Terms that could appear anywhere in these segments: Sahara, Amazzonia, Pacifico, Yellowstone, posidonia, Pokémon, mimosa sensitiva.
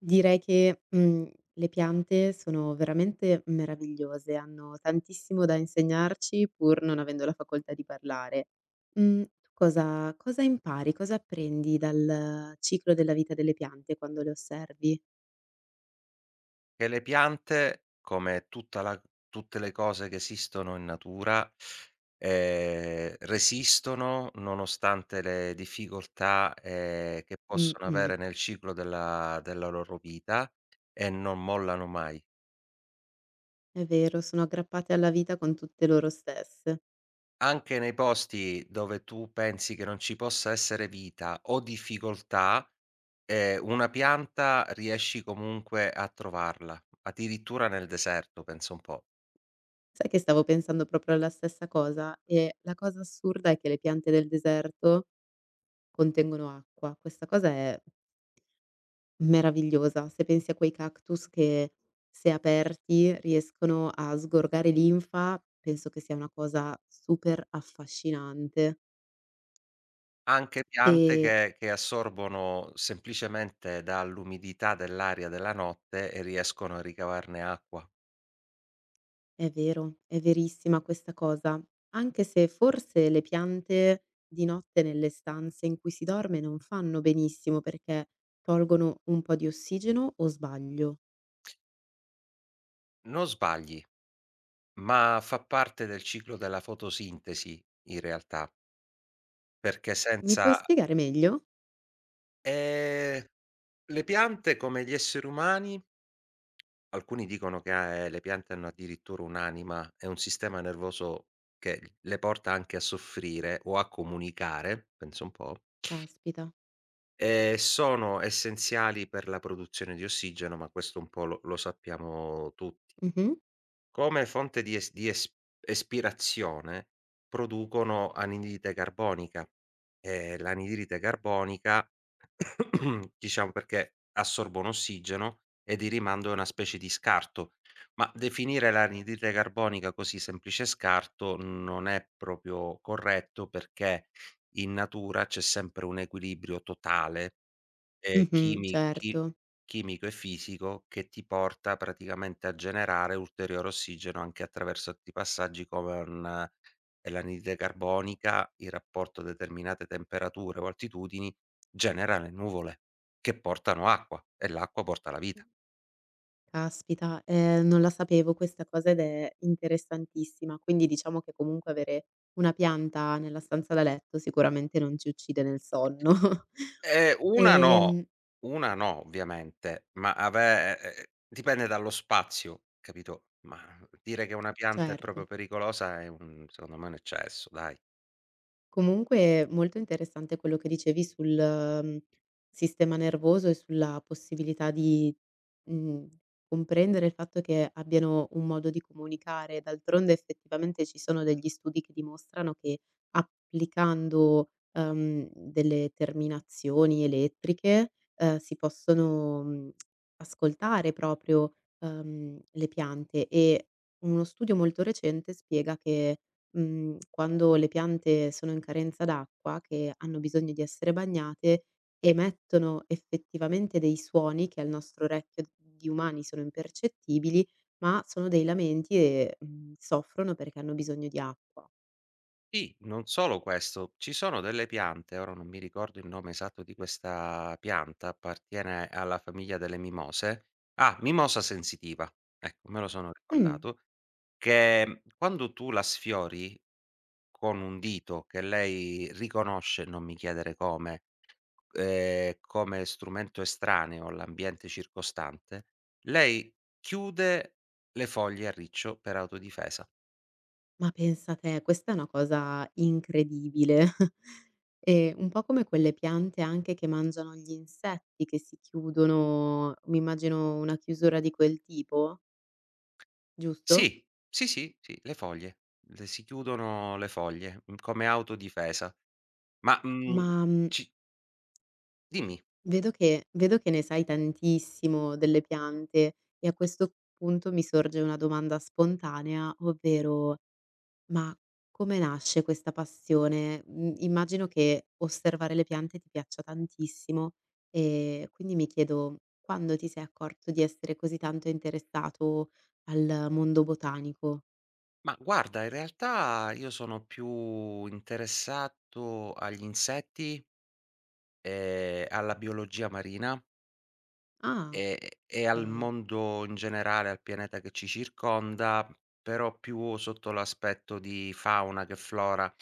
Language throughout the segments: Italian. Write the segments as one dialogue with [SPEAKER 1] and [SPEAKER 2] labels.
[SPEAKER 1] Direi che, le piante sono veramente meravigliose, hanno tantissimo da insegnarci pur non avendo la facoltà di parlare. Tu cosa impari, cosa apprendi dal ciclo della vita delle piante quando le osservi?
[SPEAKER 2] Che le piante, come tutta la tutte le cose che esistono in natura, resistono nonostante le difficoltà, che possono
[SPEAKER 1] Mh-mh.
[SPEAKER 2] avere nel ciclo della loro vita e non mollano mai.
[SPEAKER 1] È vero, sono aggrappate alla vita con tutte loro stesse.
[SPEAKER 2] Anche nei posti dove tu pensi che non ci possa essere vita o difficoltà, una pianta riesci comunque a trovarla, addirittura nel deserto, pensa un po'.
[SPEAKER 1] Sai che stavo pensando proprio alla stessa cosa e la cosa assurda è che le piante del deserto contengono acqua. Questa cosa è meravigliosa, se pensi a quei cactus che se aperti riescono a sgorgare linfa, penso che sia una cosa super affascinante.
[SPEAKER 2] Anche piante
[SPEAKER 1] Ehm,
[SPEAKER 2] che assorbono semplicemente dall'umidità dell'aria della notte e riescono a ricavarne acqua.
[SPEAKER 1] è vero, è verissima questa cosa, anche se forse le piante di notte nelle stanze in cui si dorme non fanno benissimo perché tolgono un po' di ossigeno o sbaglio?
[SPEAKER 2] Non sbagli, ma fa parte del ciclo della fotosintesi in realtà, perché
[SPEAKER 1] Mi
[SPEAKER 2] senza
[SPEAKER 1] puoi spiegare meglio?
[SPEAKER 2] ehm, le piante come gli esseri umani, alcuni dicono che le piante hanno addirittura un'anima e un sistema nervoso che le porta anche a soffrire o a comunicare, pensa un po'.
[SPEAKER 1] Caspita.
[SPEAKER 2] Sono essenziali per la produzione di ossigeno, ma questo un po' lo sappiamo tutti.
[SPEAKER 1] Mh-mh,
[SPEAKER 2] Come fonte di es espirazione producono anidride carbonica, e l'anidride carbonica diciamo perché assorbono ossigeno e di rimando è una specie di scarto, ma definire l'anidride carbonica così semplice scarto non è proprio corretto, perché in natura c'è sempre un equilibrio totale ehm,
[SPEAKER 1] mh-mh,
[SPEAKER 2] chimi chi
[SPEAKER 1] certo.
[SPEAKER 2] chimico e fisico che ti porta praticamente a generare ulteriore ossigeno anche attraverso altri passaggi come un l'anidride carbonica, il rapporto a determinate temperature o altitudini, genera le nuvole che portano acqua e l'acqua porta la vita.
[SPEAKER 1] Caspita, non la sapevo questa cosa ed è interessantissima. Quindi diciamo che comunque avere una pianta nella stanza da letto sicuramente non ci uccide nel sonno.
[SPEAKER 2] Una no,
[SPEAKER 1] Ehm,
[SPEAKER 2] una no ovviamente, ma ave dipende dallo spazio, capito, ma dire che una pianta è proprio
[SPEAKER 1] certo.
[SPEAKER 2] pericolosa è un, secondo me, un eccesso, dai.
[SPEAKER 1] Comunque molto interessante quello che dicevi sul, mhmm, sistema nervoso e sulla possibilità di, mhmm, comprendere il fatto che abbiano un modo di comunicare. D'altronde effettivamente ci sono degli studi che dimostrano che applicando, delle terminazioni elettriche, si possono, ascoltare proprio, le piante e uno studio molto recente spiega che quando le piante sono in carenza d'acqua, che hanno bisogno di essere bagnate, emettono effettivamente dei suoni che al nostro orecchio di umani sono impercettibili, ma sono dei lamenti e, soffrono perché hanno bisogno di acqua.
[SPEAKER 2] Sì, non solo questo, ci sono delle piante, ora non mi ricordo il nome esatto di questa pianta, appartiene alla famiglia delle mimose. Ah, mimosa sensitiva, ecco, me lo sono
[SPEAKER 1] Mh.
[SPEAKER 2] ricordato, che, quando tu la sfiori con un dito che lei riconosce, non mi chiedere come, come strumento estraneo all'ambiente circostante, lei chiude le foglie a riccio per autodifesa.
[SPEAKER 1] Ma pensa te, questa è una cosa incredibile. Un po' come quelle piante anche che mangiano gli insetti, che si chiudono mi immagino una chiusura di quel tipo, giusto?
[SPEAKER 2] Sì, sì, sì, sì, le foglie. Le si chiudono le foglie, come autodifesa. Ma,
[SPEAKER 1] Ma, mhmm
[SPEAKER 2] ci dimmi.
[SPEAKER 1] vedo che ne sai tantissimo delle piante e a questo punto mi sorge una domanda spontanea, ovvero: ma come nasce questa passione? Mhmm, Immagino che osservare le piante ti piaccia tantissimo e quindi mi chiedo: quando ti sei accorto di essere così tanto interessato al mondo botanico?
[SPEAKER 2] Ma guarda, in realtà io sono più interessato agli insetti e alla biologia marina.
[SPEAKER 1] Ah,
[SPEAKER 2] E al
[SPEAKER 1] okay.
[SPEAKER 2] mondo in generale, al pianeta che ci circonda, però più sotto l'aspetto di fauna che flora.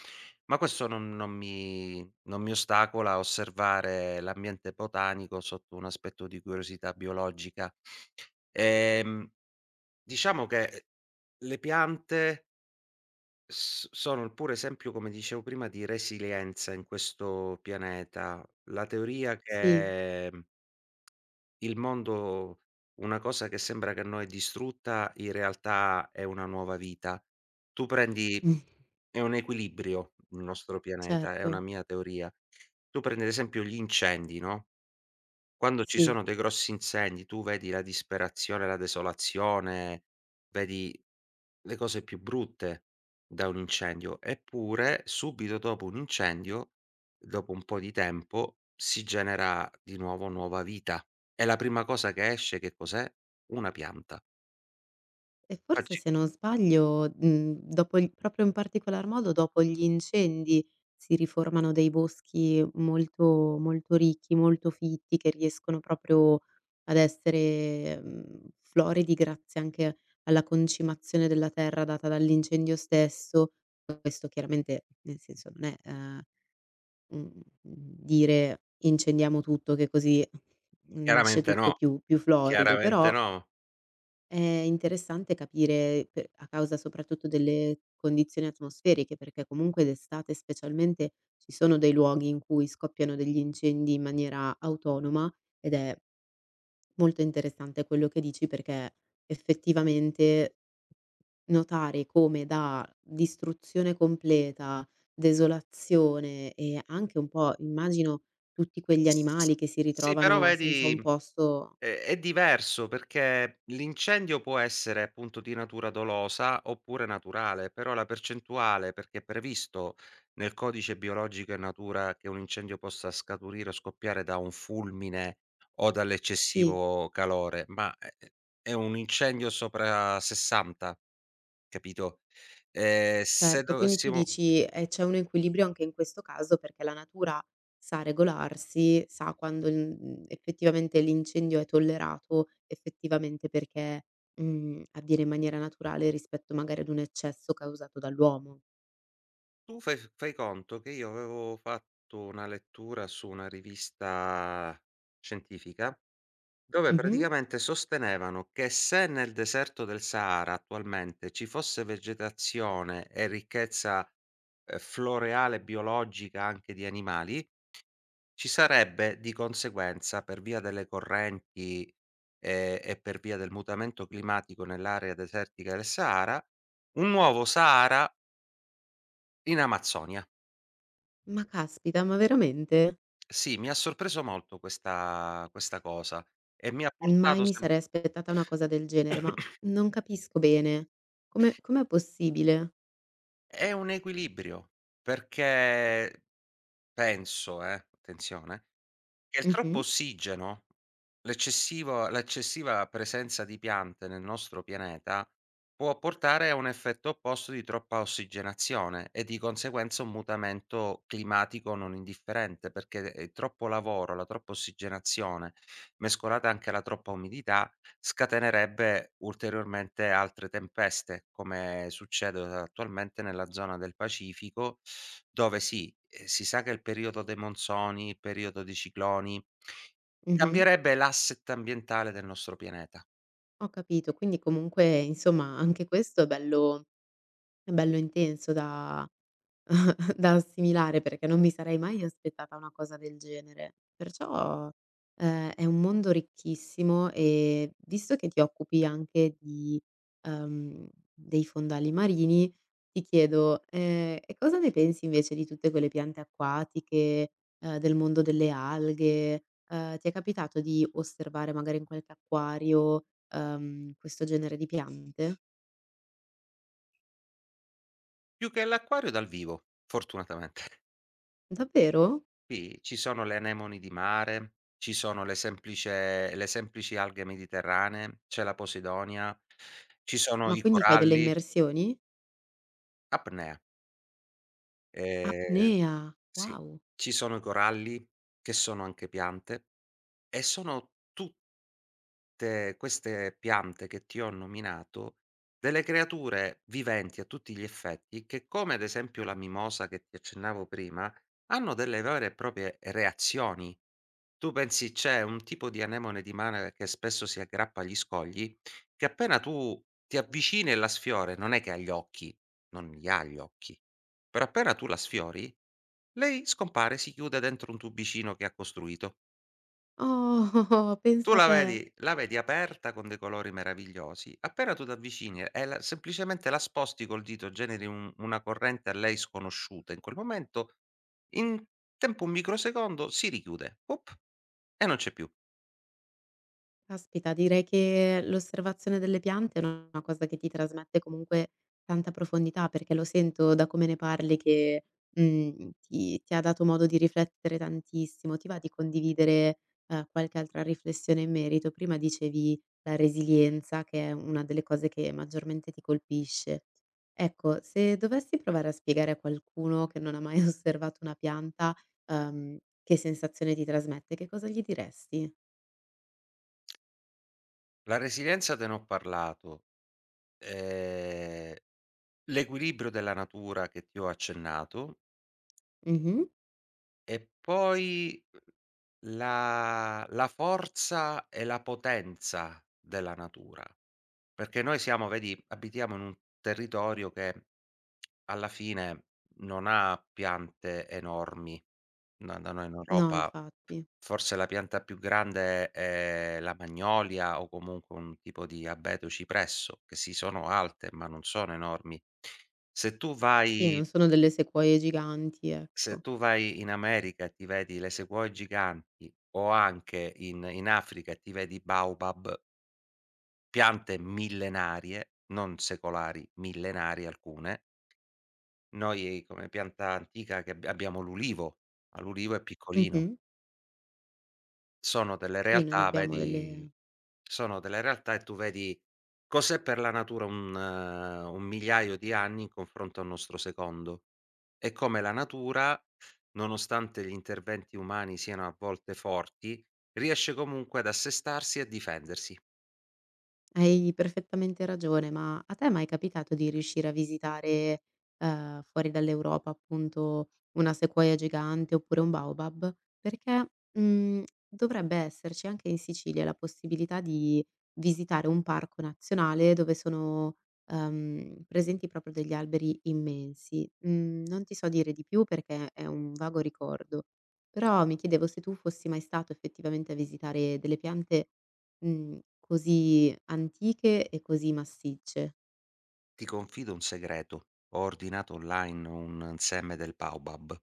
[SPEAKER 2] Ma questo non non mi non mi ostacola a osservare l'ambiente botanico sotto un aspetto di curiosità biologica. Ehm, diciamo che, le piante s sono il puro esempio, come dicevo prima, di resilienza in questo pianeta. La teoria
[SPEAKER 1] Sì,
[SPEAKER 2] che il mondo, una cosa che sembra che a noi è distrutta, in realtà è una nuova vita. Tu prendi è un equilibrio il nostro pianeta, è una
[SPEAKER 1] certo,
[SPEAKER 2] mia teoria. Tu prendi ad esempio gli incendi, no? Quando ci
[SPEAKER 1] sì.
[SPEAKER 2] sono dei grossi incendi, tu vedi la disperazione, la desolazione, vedi le cose più brutte da un incendio, eppure subito dopo un incendio, dopo un po' di tempo, si genera di nuovo nuova vita. E la prima cosa che esce che cos'è? Una pianta.
[SPEAKER 1] E forse
[SPEAKER 2] Facci
[SPEAKER 1] se non sbaglio, dopo il proprio in particolar modo dopo gli incendi si riformano dei boschi molto molto ricchi, molto fitti, che riescono proprio ad essere, floridi grazie anche alla concimazione della terra data dall'incendio stesso. Questo chiaramente, nel senso, non è, dire: "Incendiamo tutto che così nasce
[SPEAKER 2] Chiaramente
[SPEAKER 1] tutto
[SPEAKER 2] no,
[SPEAKER 1] più florido",
[SPEAKER 2] chiaramente
[SPEAKER 1] però
[SPEAKER 2] no.
[SPEAKER 1] è interessante capire pe a causa soprattutto delle condizioni atmosferiche, perché comunque d'estate specialmente ci sono dei luoghi in cui scoppiano degli incendi in maniera autonoma ed è molto interessante quello che dici perché effettivamente notare come da distruzione completa, desolazione e anche un po' immagino tutti quegli
[SPEAKER 2] S
[SPEAKER 1] animali che si
[SPEAKER 2] Sì, però
[SPEAKER 1] ritrovano senza
[SPEAKER 2] vedi,
[SPEAKER 1] un posto.
[SPEAKER 2] È diverso perché l'incendio può essere appunto di natura dolosa oppure naturale, però la percentuale, perché è previsto nel codice biologico e natura che un incendio possa scaturire o scoppiare da un fulmine o
[SPEAKER 1] Sì.
[SPEAKER 2] dall'eccessivo calore, ma è un incendio sopra 60, capito? Se
[SPEAKER 1] Certo, quindi tu
[SPEAKER 2] dovessimo
[SPEAKER 1] dici, c'è un equilibrio anche in questo caso perché la natura sa regolarsi, sa quando effettivamente l'incendio è tollerato, effettivamente perché, avviene in maniera naturale rispetto magari ad un eccesso causato dall'uomo.
[SPEAKER 2] tu fai conto che io avevo fatto una lettura su una rivista scientifica dove
[SPEAKER 1] Mh-mh.
[SPEAKER 2] praticamente sostenevano che se nel deserto del Sahara attualmente ci fosse vegetazione e ricchezza, floreale biologica anche di animali, ci sarebbe di conseguenza, per via delle correnti, e per via del mutamento climatico nell'area desertica del Sahara, un nuovo Sahara in Amazzonia.
[SPEAKER 1] Ma caspita, ma veramente?
[SPEAKER 2] Sì, mi ha sorpreso molto questa cosa e mi ha
[SPEAKER 1] Mai
[SPEAKER 2] portato
[SPEAKER 1] mi
[SPEAKER 2] sem
[SPEAKER 1] sarei aspettata una cosa del genere, ma non capisco bene. Come com'è possibile?
[SPEAKER 2] è un equilibrio, perché, penso attenzione, che il
[SPEAKER 1] Mh-mh,
[SPEAKER 2] troppo ossigeno, l'eccessiva presenza di piante nel nostro pianeta, può portare a un effetto opposto di troppa ossigenazione e di conseguenza un mutamento climatico non indifferente, perché, troppo lavoro, la troppa ossigenazione, mescolata anche alla troppa umidità, scatenerebbe ulteriormente altre tempeste, come succede attualmente nella zona del Pacifico, dove sì, si sa che è il periodo dei monsoni, il periodo dei cicloni.
[SPEAKER 1] mh-mh.
[SPEAKER 2] Cambierebbe l'asset ambientale del nostro pianeta.
[SPEAKER 1] Ho capito, quindi comunque insomma anche questo è bello intenso da da assimilare, perché non mi sarei mai aspettata una cosa del genere. Perciò, è un mondo ricchissimo e visto che ti occupi anche di, ehm, dei fondali marini, ti chiedo, e cosa ne pensi invece di tutte quelle piante acquatiche, del mondo delle alghe? Ti è capitato di osservare magari in qualche acquario, questo genere di piante?
[SPEAKER 2] Più che l'acquario dal vivo, fortunatamente.
[SPEAKER 1] Davvero?
[SPEAKER 2] Qui ci sono le anemoni di mare, ci sono le semplici alghe mediterranee, c'è la posidonia, ci sono
[SPEAKER 1] Ma
[SPEAKER 2] i
[SPEAKER 1] quindi fai delle
[SPEAKER 2] coralli,
[SPEAKER 1] immersioni?
[SPEAKER 2] apnea. Ehm
[SPEAKER 1] Apnea,
[SPEAKER 2] Sì,
[SPEAKER 1] wow.
[SPEAKER 2] ci sono i coralli che sono anche piante e sono tut te queste piante che ti ho nominato, delle creature viventi a tutti gli effetti che, come ad esempio la mimosa che ti accennavo prima, hanno delle vere e proprie reazioni. Tu pensi, c'è un tipo di anemone di mare che spesso si aggrappa agli scogli, che appena tu ti avvicini e la sfiori, non è che ha gli occhi, non li ha gli occhi, però appena tu la sfiori, lei scompare, si chiude dentro un tubicino che ha costruito.
[SPEAKER 1] Oh,
[SPEAKER 2] Tu
[SPEAKER 1] pensa te.
[SPEAKER 2] la vedi aperta con dei colori meravigliosi, appena tu t'avvicini e la semplicemente la sposti col dito, generi un una corrente a lei sconosciuta in quel momento, in tempo un microsecondo si richiude, up, e non c'è più.
[SPEAKER 1] Caspita, direi che l'osservazione delle piante è una cosa che ti trasmette comunque tanta profondità, perché lo sento da come ne parli che, ti ha dato modo di riflettere tantissimo. Ti va di condividere, qualche altra riflessione in merito? Prima dicevi la resilienza, che è una delle cose che maggiormente ti colpisce. Ecco, se dovessi provare a spiegare a qualcuno che non ha mai osservato una pianta, ehm, che sensazione ti trasmette, che cosa gli diresti?
[SPEAKER 2] La resilienza te ne ho parlato, ehm, l'equilibrio della natura che ti ho accennato
[SPEAKER 1] Mh-mh.
[SPEAKER 2] e poi la forza e la potenza della natura. Perché noi siamo vedi, abitiamo in un territorio che alla fine non ha piante enormi. Da noi in
[SPEAKER 1] No,
[SPEAKER 2] Europa
[SPEAKER 1] infatti.
[SPEAKER 2] forse la pianta più grande è la magnolia o comunque un tipo di abeto cipresso, che sì sono alte, ma non sono enormi. Se tu
[SPEAKER 1] Sì,
[SPEAKER 2] vai
[SPEAKER 1] non sono delle sequoie giganti,
[SPEAKER 2] se
[SPEAKER 1] ecco.
[SPEAKER 2] tu vai in America e ti vedi le sequoie giganti o anche in Africa e ti vedi i baobab, piante millenarie, non secolari, millenarie alcune. Noi, come pianta antica che abbiamo l'ulivo, ma l'ulivo è piccolino.
[SPEAKER 1] Mh-mh.
[SPEAKER 2] Sono delle
[SPEAKER 1] Sì, non
[SPEAKER 2] realtà
[SPEAKER 1] abbiamo
[SPEAKER 2] vedi
[SPEAKER 1] delle.
[SPEAKER 2] sono delle realtà e tu vedi cos'è per la natura un migliaio di anni in confronto al nostro secondo, e come la natura, nonostante gli interventi umani siano a volte forti, riesce comunque ad assestarsi e a difendersi.
[SPEAKER 1] Hai perfettamente ragione, ma a te è mai capitato di riuscire a visitare, fuori dall'Europa appunto, una sequoia gigante oppure un baobab? Perché, dovrebbe esserci anche in Sicilia la possibilità di visitare un parco nazionale dove sono, presenti proprio degli alberi immensi. Mhmm, Non ti so dire di più perché è un vago ricordo, però mi chiedevo se tu fossi mai stato effettivamente a visitare delle piante così antiche e così massicce.
[SPEAKER 2] Ti confido un segreto: ho ordinato online un seme del Baobab.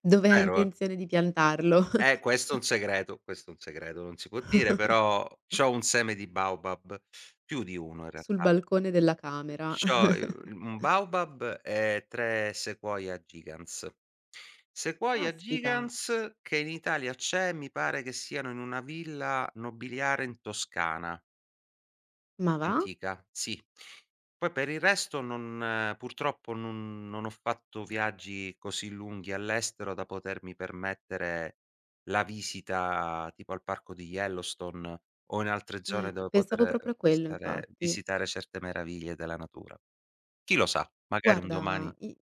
[SPEAKER 1] Dove ha
[SPEAKER 2] Vero,
[SPEAKER 1] intenzione di piantarlo?
[SPEAKER 2] questo è un segreto, questo è un segreto, non si può dire, però c'ho un seme di Baobab, più di uno in
[SPEAKER 1] Sul
[SPEAKER 2] realtà.
[SPEAKER 1] balcone della camera.
[SPEAKER 2] C'ho, un Baobab e tre Sequoia Gigants. Sequoia
[SPEAKER 1] Caspita,
[SPEAKER 2] Gigants che in Italia c'è, mi pare che siano in una villa nobiliare in Toscana.
[SPEAKER 1] ma va?
[SPEAKER 2] Antica, sì. Poi per il resto non purtroppo non ho fatto viaggi così lunghi all'estero da potermi permettere la visita tipo al parco di Yellowstone o in altre zone dove
[SPEAKER 1] Pensavo
[SPEAKER 2] poter
[SPEAKER 1] proprio a quello infatti.
[SPEAKER 2] visitare certe meraviglie della natura. Chi lo sa, magari un domani.
[SPEAKER 1] Guarda i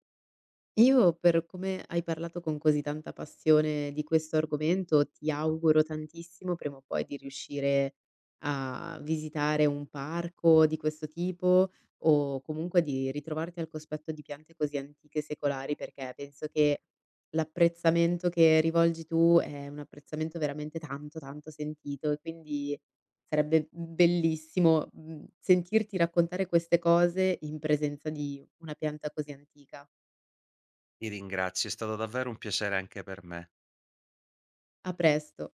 [SPEAKER 1] Io per come hai parlato con così tanta passione di questo argomento, ti auguro tantissimo prima o poi di riuscire a visitare un parco di questo tipo o comunque di ritrovarti al cospetto di piante così antiche e secolari, perché penso che l'apprezzamento che rivolgi tu è un apprezzamento veramente tanto, tanto sentito e quindi sarebbe bellissimo, sentirti raccontare queste cose in presenza di una pianta così antica.
[SPEAKER 2] Ti ringrazio, è stato davvero un piacere anche per me.
[SPEAKER 1] A presto.